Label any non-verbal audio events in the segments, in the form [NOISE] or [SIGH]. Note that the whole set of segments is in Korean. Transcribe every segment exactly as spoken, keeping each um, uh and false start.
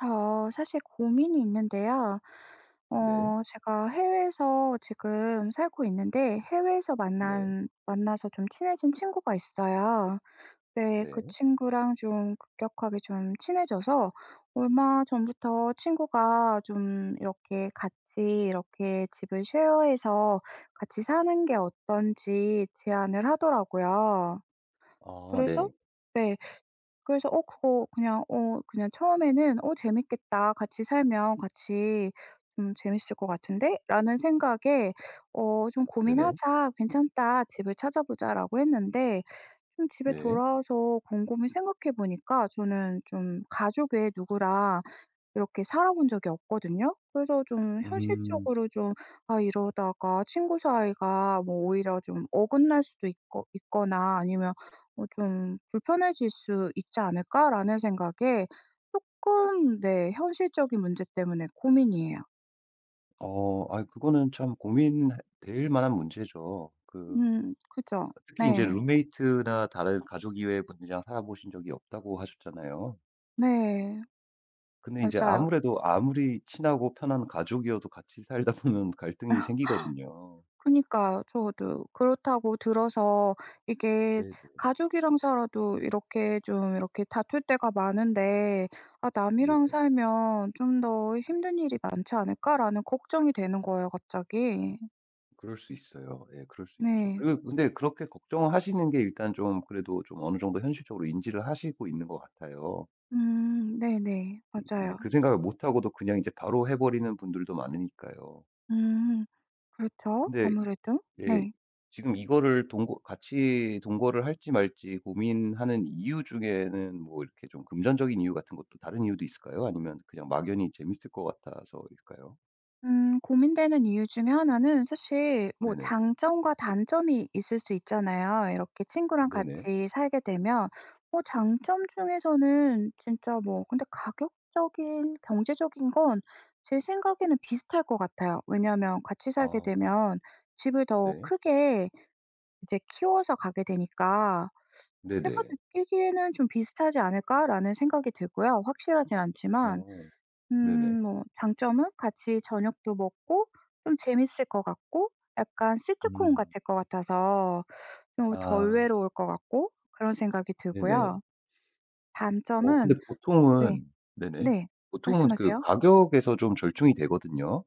저 사실 고민이 있는데요. 네. 어 제가 해외에서 지금 살고 있는데 해외에서 네. 만난 만나서 좀 친해진 친구가 있어요. 네, 그 네. 친구랑 좀 급격하게 좀 친해져서 얼마 전부터 친구가 좀 이렇게 같이 이렇게 집을 쉐어해서 같이 사는 게 어떤지 제안을 하더라고요. 아 그래서 네. 네. 그래서 어 그거 그냥 어 그냥 처음에는 '어 재밌겠다. 같이 살면 같이 좀 재밌을 것 같은데?'라는 생각에 어 "좀 네네. 고민하자. 괜찮다. 집을 찾아보자."라고 했는데 좀 집에 네. 돌아와서 곰곰이 생각해 보니까 저는 좀 가족 외에 누구랑 이렇게 살아본 적이 없거든요. 그래서 좀 음. 현실적으로 좀 '아 이러다가 친구 사이가 뭐 오히려 좀 어긋날 수도 있거 있거나 아니면 뭐 좀 불편해질 수 있지 않을까?'라는 생각에 조금 네 현실적인 문제 때문에 고민이에요. 어 아 그거는 참 고민될 만한 문제죠. 그 음 그죠. 특히 이제 네. 룸메이트나 다른 가족 이외의 분들이랑 살아보신 적이 없다고 하셨잖아요. 네. 근데 이제 맞아요. 아무래도 아무리 친하고 편한 가족이어도 같이 살다 보면 갈등이 생기거든요. 그니까요. 저도 그렇다고 들어서 이게 네네. 가족이랑 살아도 이렇게 좀 이렇게 다툴 때가 많은데 '아 남이랑 네네. 살면 좀 더 힘든 일이 많지 않을까?'라는 걱정이 되는 거예요 갑자기. 그럴 수 있어요. 예 그럴 수 있죠. 네. 그리고 근데 그렇게 걱정하시는 게 일단 좀 그래도 좀 어느 정도 현실적으로 인지를 하시고 있는 것 같아요. 음. 네네. 그제 맞아요. 그 생각을 못 하고도 그냥 이제 바로 해 버리는 분들도 많으니까요. 음. 그렇죠. 근데 아무래도. 예 네. 지금 이거를 동거 같이 동거를 할지 말지 고민하는 이유 중에는 뭐 이렇게 좀 금전적인 이유 같은 것도 다른 이유도 있을까요? 아니면 그냥 막연히 재밌을 것 같아서일까요? 음 고민되는 이유 중에 하나는 사실 뭐 네네. 장점과 단점이 있을 수 있잖아요. 이렇게 친구랑 네네. 같이 살게 되면 뭐 장점 중에서는 진짜 뭐 근데 가격적인 경제적인 건 제 생각에는 비슷할 것 같아요. 왜냐하면 같이 아 살게 되면 집을 더 네. 크게 이제 키워서 가게 되니까 제가 네네. 느끼기에는 좀 비슷하지 않을까라는 생각이 들고요. 확실하진 않지만 어 음 네네. 뭐 장점은 같이 저녁도 먹고 좀 재밌을 것 같고 약간 시트콤 음. 같을 것 같아서 좀 덜 아 외로울 것 같고 그런 생각이 네네. 들고요. 어 근데 단점은 네. 보통은 네네. 네. 보통은 그 말씀하세요. 가격에서 좀 절충이 되거든요.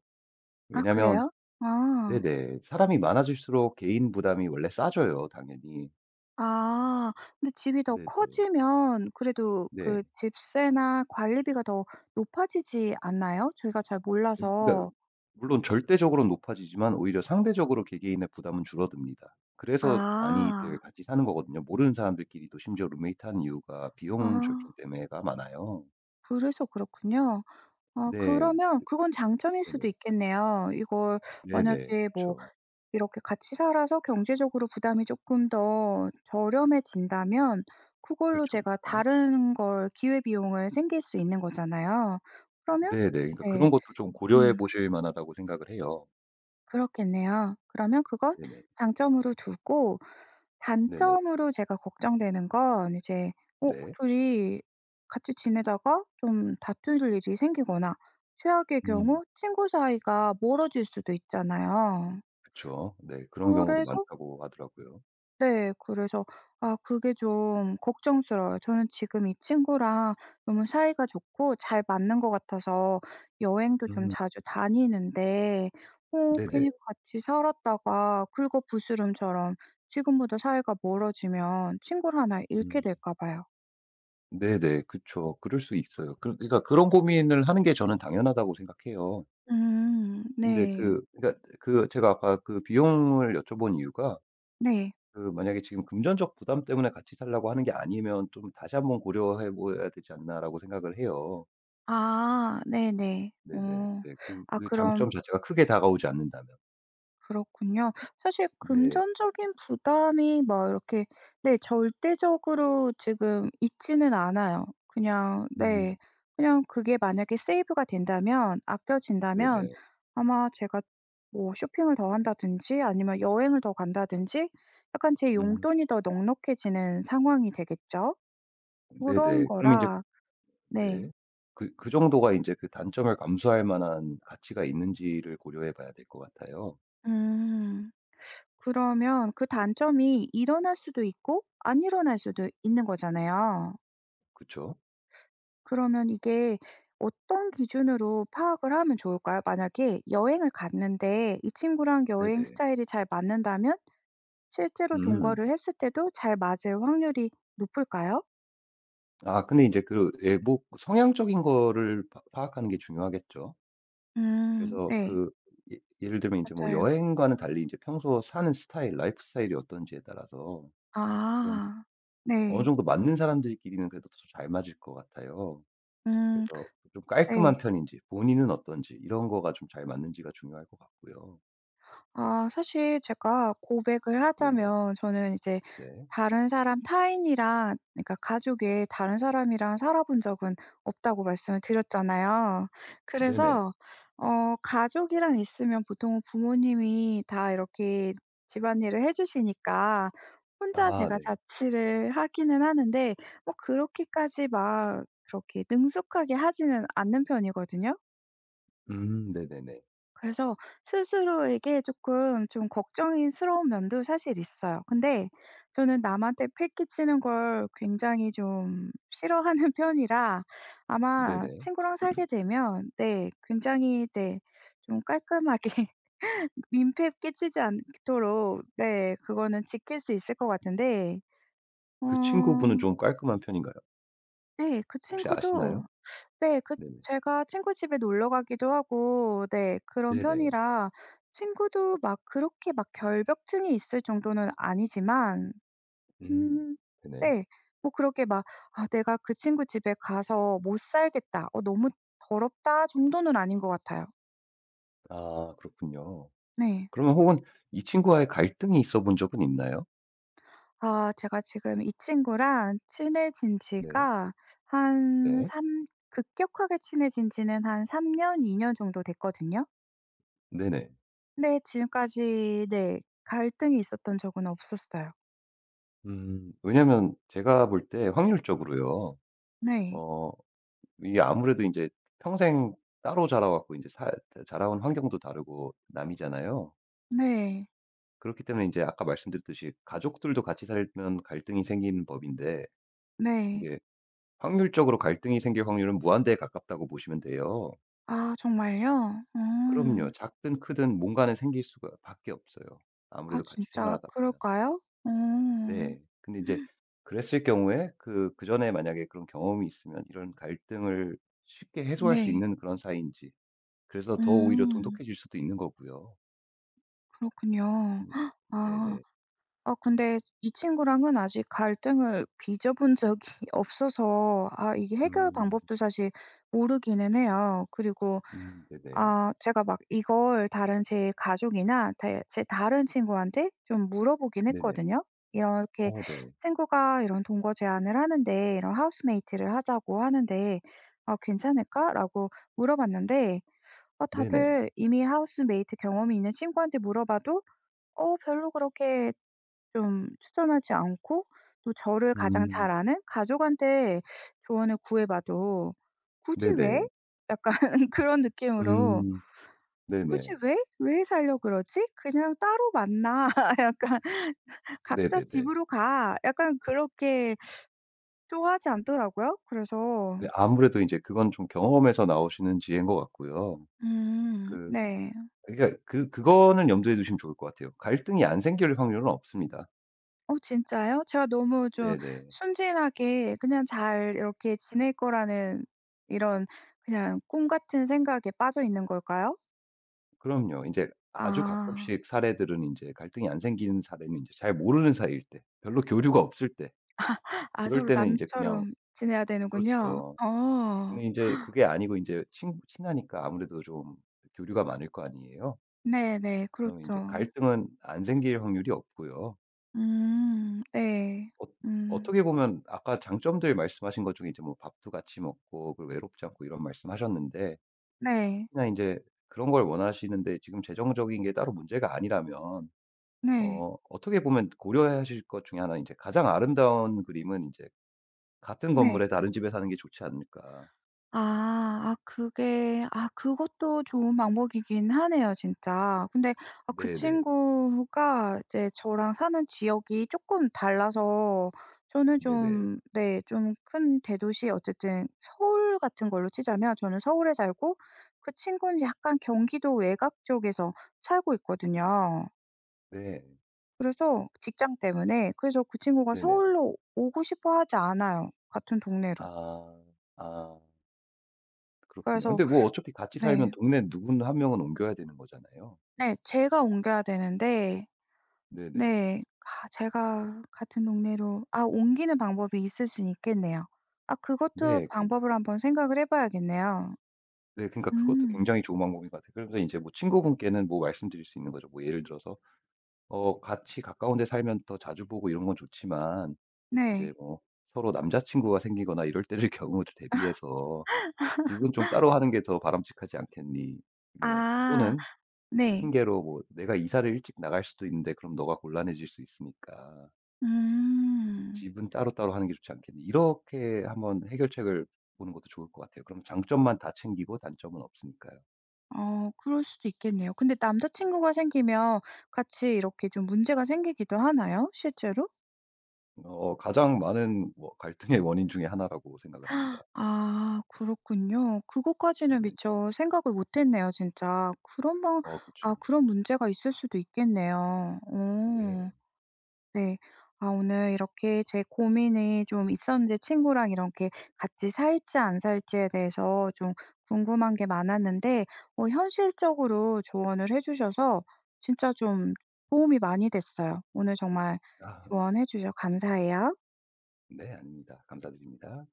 아 왜냐면 그래요? 아. 네네. 사람이 많아질수록 개인 부담이 원래 싸져요, 당연히. 아 근데 집이 더 네네. 커지면 그래도 네. 그 집세나 관리비가 더 높아지지 않나요? 저희가 잘 그러니 몰라서. 까 물론 절대적으로는 높아지지만 오히려 상대적으로 개개인의 부담은 줄어듭니다. 그래서 많이들 아. 같이 사는 거거든요. 모르는 사람들끼리도 심지어 룸메이트 하는 이유가 아 비용 절충 때문에가 많아요. 그래서 그렇군요. 어 네. 그러면 그건 장점일 수도 네네. 있겠네요. 이걸 네네. 만약에 뭐 그쵸. 이렇게 같이 살아서 경제적으로 부담이 조금 더 저렴해진다면 그걸로 그쵸, 제가 그쵸. 다른 걸 기회비용을 생길 수 있는 거잖아요. 그러면 네네. 그러니까 네. 그런 것도 좀 고려해 음. 보실 만하다고 생각을 해요. 그렇겠네요. 그러면 그건 네네. 장점으로 두고 네네. 단점으로 제가 걱정되는 건 이제 어 네. 둘이 같이 지내다가 좀 다툴 일이 생기거나 최악의 음. 경우 친구 사이가 멀어질 수도 있잖아요. 그쵸. 네. 그런 경우도 그래서 많다고 하더라고요. 네. 그래서 아 그게 좀 걱정스러워요. 저는 지금 이 친구랑 너무 사이가 좋고 잘 맞는 것 같아서 여행도 좀 음. 자주 다니는데 어 네네. 괜히 같이 살았다가 긁어부스럼처럼 지금보다 사이가 멀어지면 친구를 하나 잃게 음. 될까 봐요. 네네. 그쵸. 그럴 수 있어요. 그 그러니까 그런 고민을 하는 게 저는 당연하다고 생각해요. 음. 근데 네. 그 그러니까 그 제가 아까 그 비용을 여쭤본 이유가 네. 그 만약에 지금 금전적 부담 때문에 같이 살라고 하는 게 아니면 좀 다시 한번 고려해 보아야 되지 않나라고 생각을 해요. 아 네네. 네네. 어. 네. 그 아 그 장점 그럼 자체가 크게 다가오지 않는다면. 그렇군요. 사실 네. 금전적인 부담이 막 이렇게 네 절대적으로 지금 있지는 않아요. 그냥 음. 네. 그냥 그게 만약에 세이브가 된다면 아껴진다면 네네. 아마 제가 뭐 쇼핑을 더 한다든지 아니면 여행을 더 간다든지 약간 제 음. 용돈이 더 넉넉해지는 상황이 되겠죠. 그런 네네. 그럼 인제 거라 네. 네. 그 그 정도가 이제 그 단점을 감수할 만한 가치가 있는지를 고려해 봐야 될 것 같아요. 음. 그러면 그 단점이 일어날 수도 있고 안 일어날 수도 있는 거잖아요. 그쵸? 그러면 이게 어떤 기준으로 파악을 하면 좋을까요? 만약에 여행을 갔는데 이 친구랑 여행 네네. 스타일이 잘 맞는다면 실제로 음. 동거를 했을 때도 잘 맞을 확률이 높을까요? 아 근데 이제 그 예 뭐 성향적인 거를 파 파악하는 게 중요하겠죠. 음. 그래서 네. 그 예 예를 들면 이제 뭐 맞아요. 여행과는 달리 이제 평소 사는 스타일, 라이프 스타일이 어떤지에 따라서 좀 아. 어느 네. 정도 맞는 사람들끼리는 그래도 더 잘 맞을 것 같아요. 음. 그래서 좀 네. 깔끔한 편인지 본인은 어떤지 이런 거가 좀 잘 맞는지가 중요할 것 같고요. 아 사실 제가 고백을 네네. 하자면 저는 이제 네. 다른 사람 타인이랑 그러니까 가족 외에 다른 사람이랑 살아본 적은 없다고 말씀을 드렸잖아요. 네네. 그래서 어 가족이랑 있으면 보통 부모님이 다 이렇게 집안일을 해 주시니까 혼자 아 제가 네. 자취를 하기는 하는데 뭐 그렇게까지 막 그렇게 능숙하게 하지는 않는 편이거든요. 음 네네네. 그래서 스스로에게 조금 좀 걱정스러운 면도 사실 있어요. 근데 저는 남한테 패기치는 걸 굉장히 좀 싫어하는 [LAUGHS] 편이라 아마 네네. 친구랑 살게 되면 네 굉장히 네 좀 깔끔하게 [LAUGHS] 민폐 끼치지 않도록 네 그거는 지킬 수 있을 것 같은데 그 어 친구분은 좀 깔끔한 편인가요? 네 그 혹시 아시나요? 친구도 네. 그 네네. 제가 친구 집에 놀러 가기도 하고 네 그런 네네. 편이라 친구도 막 그렇게 막 결벽증이 있을 정도는 아니지만 음. 음 네네. 네. 뭐 그렇게 막 '아 내가 그 친구 집에 가서 못 살겠다. 어 너무 더럽다.' 정도는 아닌 것 같아요. 아 그렇군요. 네. 그러면 혹은 이 친구와의 갈등이 있어 본 적은 있나요? 아 제가 지금 이 친구랑 친해진 네. 지가 한 네. 3 급격하게 친해진 지는 한 삼 년, 이 년 정도 됐거든요. 네네. 네. 지금까지 네. 갈등이 있었던 적은 없었어요. 음. 왜냐면 제가 볼 때 확률적으로요. 네. 어 이게 아무래도 이제 평생 따로 자라 왔고 이제살 자라온 환경도 다르고 남이잖아요. 네. 그렇기 때문에 이제 아까 말씀드렸듯이 가족들도 같이 살면 갈등이 생기는 법인데 네. 이게 확률적으로 갈등이 생길 확률은 무한대에 가깝다고 보시면 돼요. 아 정말요? 어. 그럼요. 작든 크든 뭔가는 생길 수가 밖에 없어요, 아 아무래도 같이 진짜 생활하다 보면. 그럴까요? 어. 네. 근데 이제 그랬을 경우에 그 그전에 만약에 그런 경험이 있으면 이런 갈등을 쉽게 해소할 수 네. 있는 그런 사이인지 그래서 더 오히려 음. 돈독해질 수도 있는 거고요. 그렇군요. 음. 아. 네네. 아 근데 이 친구랑은 아직 갈등을 빚어본 적이 [LAUGHS] 없어서 아 이게 해결 음. 방법도 사실 모르기는 해요. 그리고 음 네네. 아 제가 막 이걸 다른 제 가족이나 다 제 다른 친구한테 좀 물어보긴 네네. 했거든요. 이렇게 어 네. 친구가 이런 동거 제안을 하는데 이런 하우스메이트를 하자고 하는데 "아 괜찮을까?"라고 물어봤는데 아 네네. 다들 이미 하우스메이트 경험이 있는 친구한테 물어봐도 "어 별로 그렇게 좀 추천하지 않고 또 저를 가장 음. 잘 아는 가족한테 조언을 구해 봐도 '굳이 왜?' 네네. 약간 [LAUGHS] 그런 느낌으로 음. '굳이 네네. 왜? 왜 살려 그러지? 그냥 따로 만나. [LAUGHS] 약간 각자 네네네. 집으로 가.' 약간 그렇게 좋아하지 않더라고요. 그래서 네 아무래도 이제 그건 좀 경험에서 나오시는 지혜인 것 같고요. 음 그 네. 그러니까 그 그거는 염두에 두시면 좋을 것 같아요. 갈등이 안 생길 확률은 없습니다. 어 진짜요? 제가 너무 좀 네네. 순진하게 그냥 잘 이렇게 지낼 거라는 이런 그냥 꿈 같은 생각에 빠져 있는 걸까요? 그럼요. 이제 아주 아. 가끔씩 사례들은 이제 갈등이 안 생기는 사례는 이제 잘 모르는 사이일 때, 별로 교류가 없을 때 아 그럴 서로 때는 이제 그냥 남처럼 지내야 되는군요. 그렇죠. 어. 근데 이제 그게 아니고 이제 친 친하니까 아무래도 좀 교류가 많을 거 아니에요. 네네. 그러면 제 그렇죠. 갈등은 안 생길 확률이 없고요. 음. 네. 어 음. 어떻게 보면 아까 장점들 말씀하신 것 중에 이제 뭐 밥도 같이 먹고 그리고 외롭지 않고 이런 말씀하셨는데 네. 그냥 이제 그런 걸 원하시는데 지금 재정적인 게 따로 문제가 아니라면 네. 어 어떻게 보면 고려하실 것 중에 하나는 제 가장 아름다운 그림은 이제 '같은 네. 건물에 다른 집에 사는 게 좋지 않을까.' 아. 아 그게 아 그것도 좋은 방법이긴 하네요 진짜. 근데 아 그 네네. 친구가 이제 저랑 사는 지역이 조금 달라서 저는 네네. 좀 네 좀 큰 대도시 어쨌든 서울 같은 걸로 치자면 저는 서울에 살고 그 친구는 약간 경기도 외곽 쪽에서 살고 있거든요. 네. 그래서 직장 때문에 그래서 그 친구가 네네. 서울로 오고 싶어 하지 않아요 같은 동네로. 아. 아 그렇군요. 그래서 근데 뭐 어차피 같이 살면 네. 동네 누군 한 명은 옮겨야 되는 거잖아요. 네. 제가 옮겨야 되는데 네네. 네. 아 제가 같은 동네로 아 옮기는 방법이 있을 순 있겠네요. 아 그것도 네. 그 방법을 한번 생각을 해 봐야겠네요. 네. 그러니까 그것도 음. 굉장히 좋은 방법인 것 같아요. 그러면서 인제 뭐 친구분께는 뭐 말씀드릴 수 있는 거죠. 뭐 예를 들어서 어 같이 가까운 데 살면 더 자주 보고 이런 건 좋지만 인제 네. 뭐 서로 남자 친구가 생기거나 이럴 때를 [LAUGHS] 경우 대비해서 "집은 좀 따로 하는 게 더 바람직하지 않겠니?" 뭐 아. 또는 네. 핑계로 뭐 "내가 이사를 일찍 나갈 수도 있는데 그럼 너가 곤란해질 수 있으니까 음. 집은 따로따로 하는 게 좋지 않겠니?" 이렇게 한번 해결책을 보는 것도 좋을 것 같아요. 그럼 장점만 다 챙기고 단점은 없으니까요. 어 그럴 수도 있겠네요. 근데 남자친구가 생기면 같이 이렇게 좀 문제가 생기기도 하나요? 실제로? 어 가장 많은 뭐 갈등의 원인 중에 하나라고 생각을 합니다. 아 그렇군요. 그것까지는 네네. 미처 생각을 못 했네요 진짜. 그런 방, 어 아 그쵸. 그런 문제가 있을 수도 있겠네요. 네. 오, 네. 아 오늘 이렇게 제 고민이 좀 있었는데 친구랑 이렇게 같이 살지 안 살지에 대해서 좀 궁금한 게 많았는데 어 현실적으로 조언을 해 주셔서 진짜 좀 도움이 많이 됐어요. 오늘 정말 아 조언해 주셔서 감사해요. 네 아닙니다. 감사드립니다.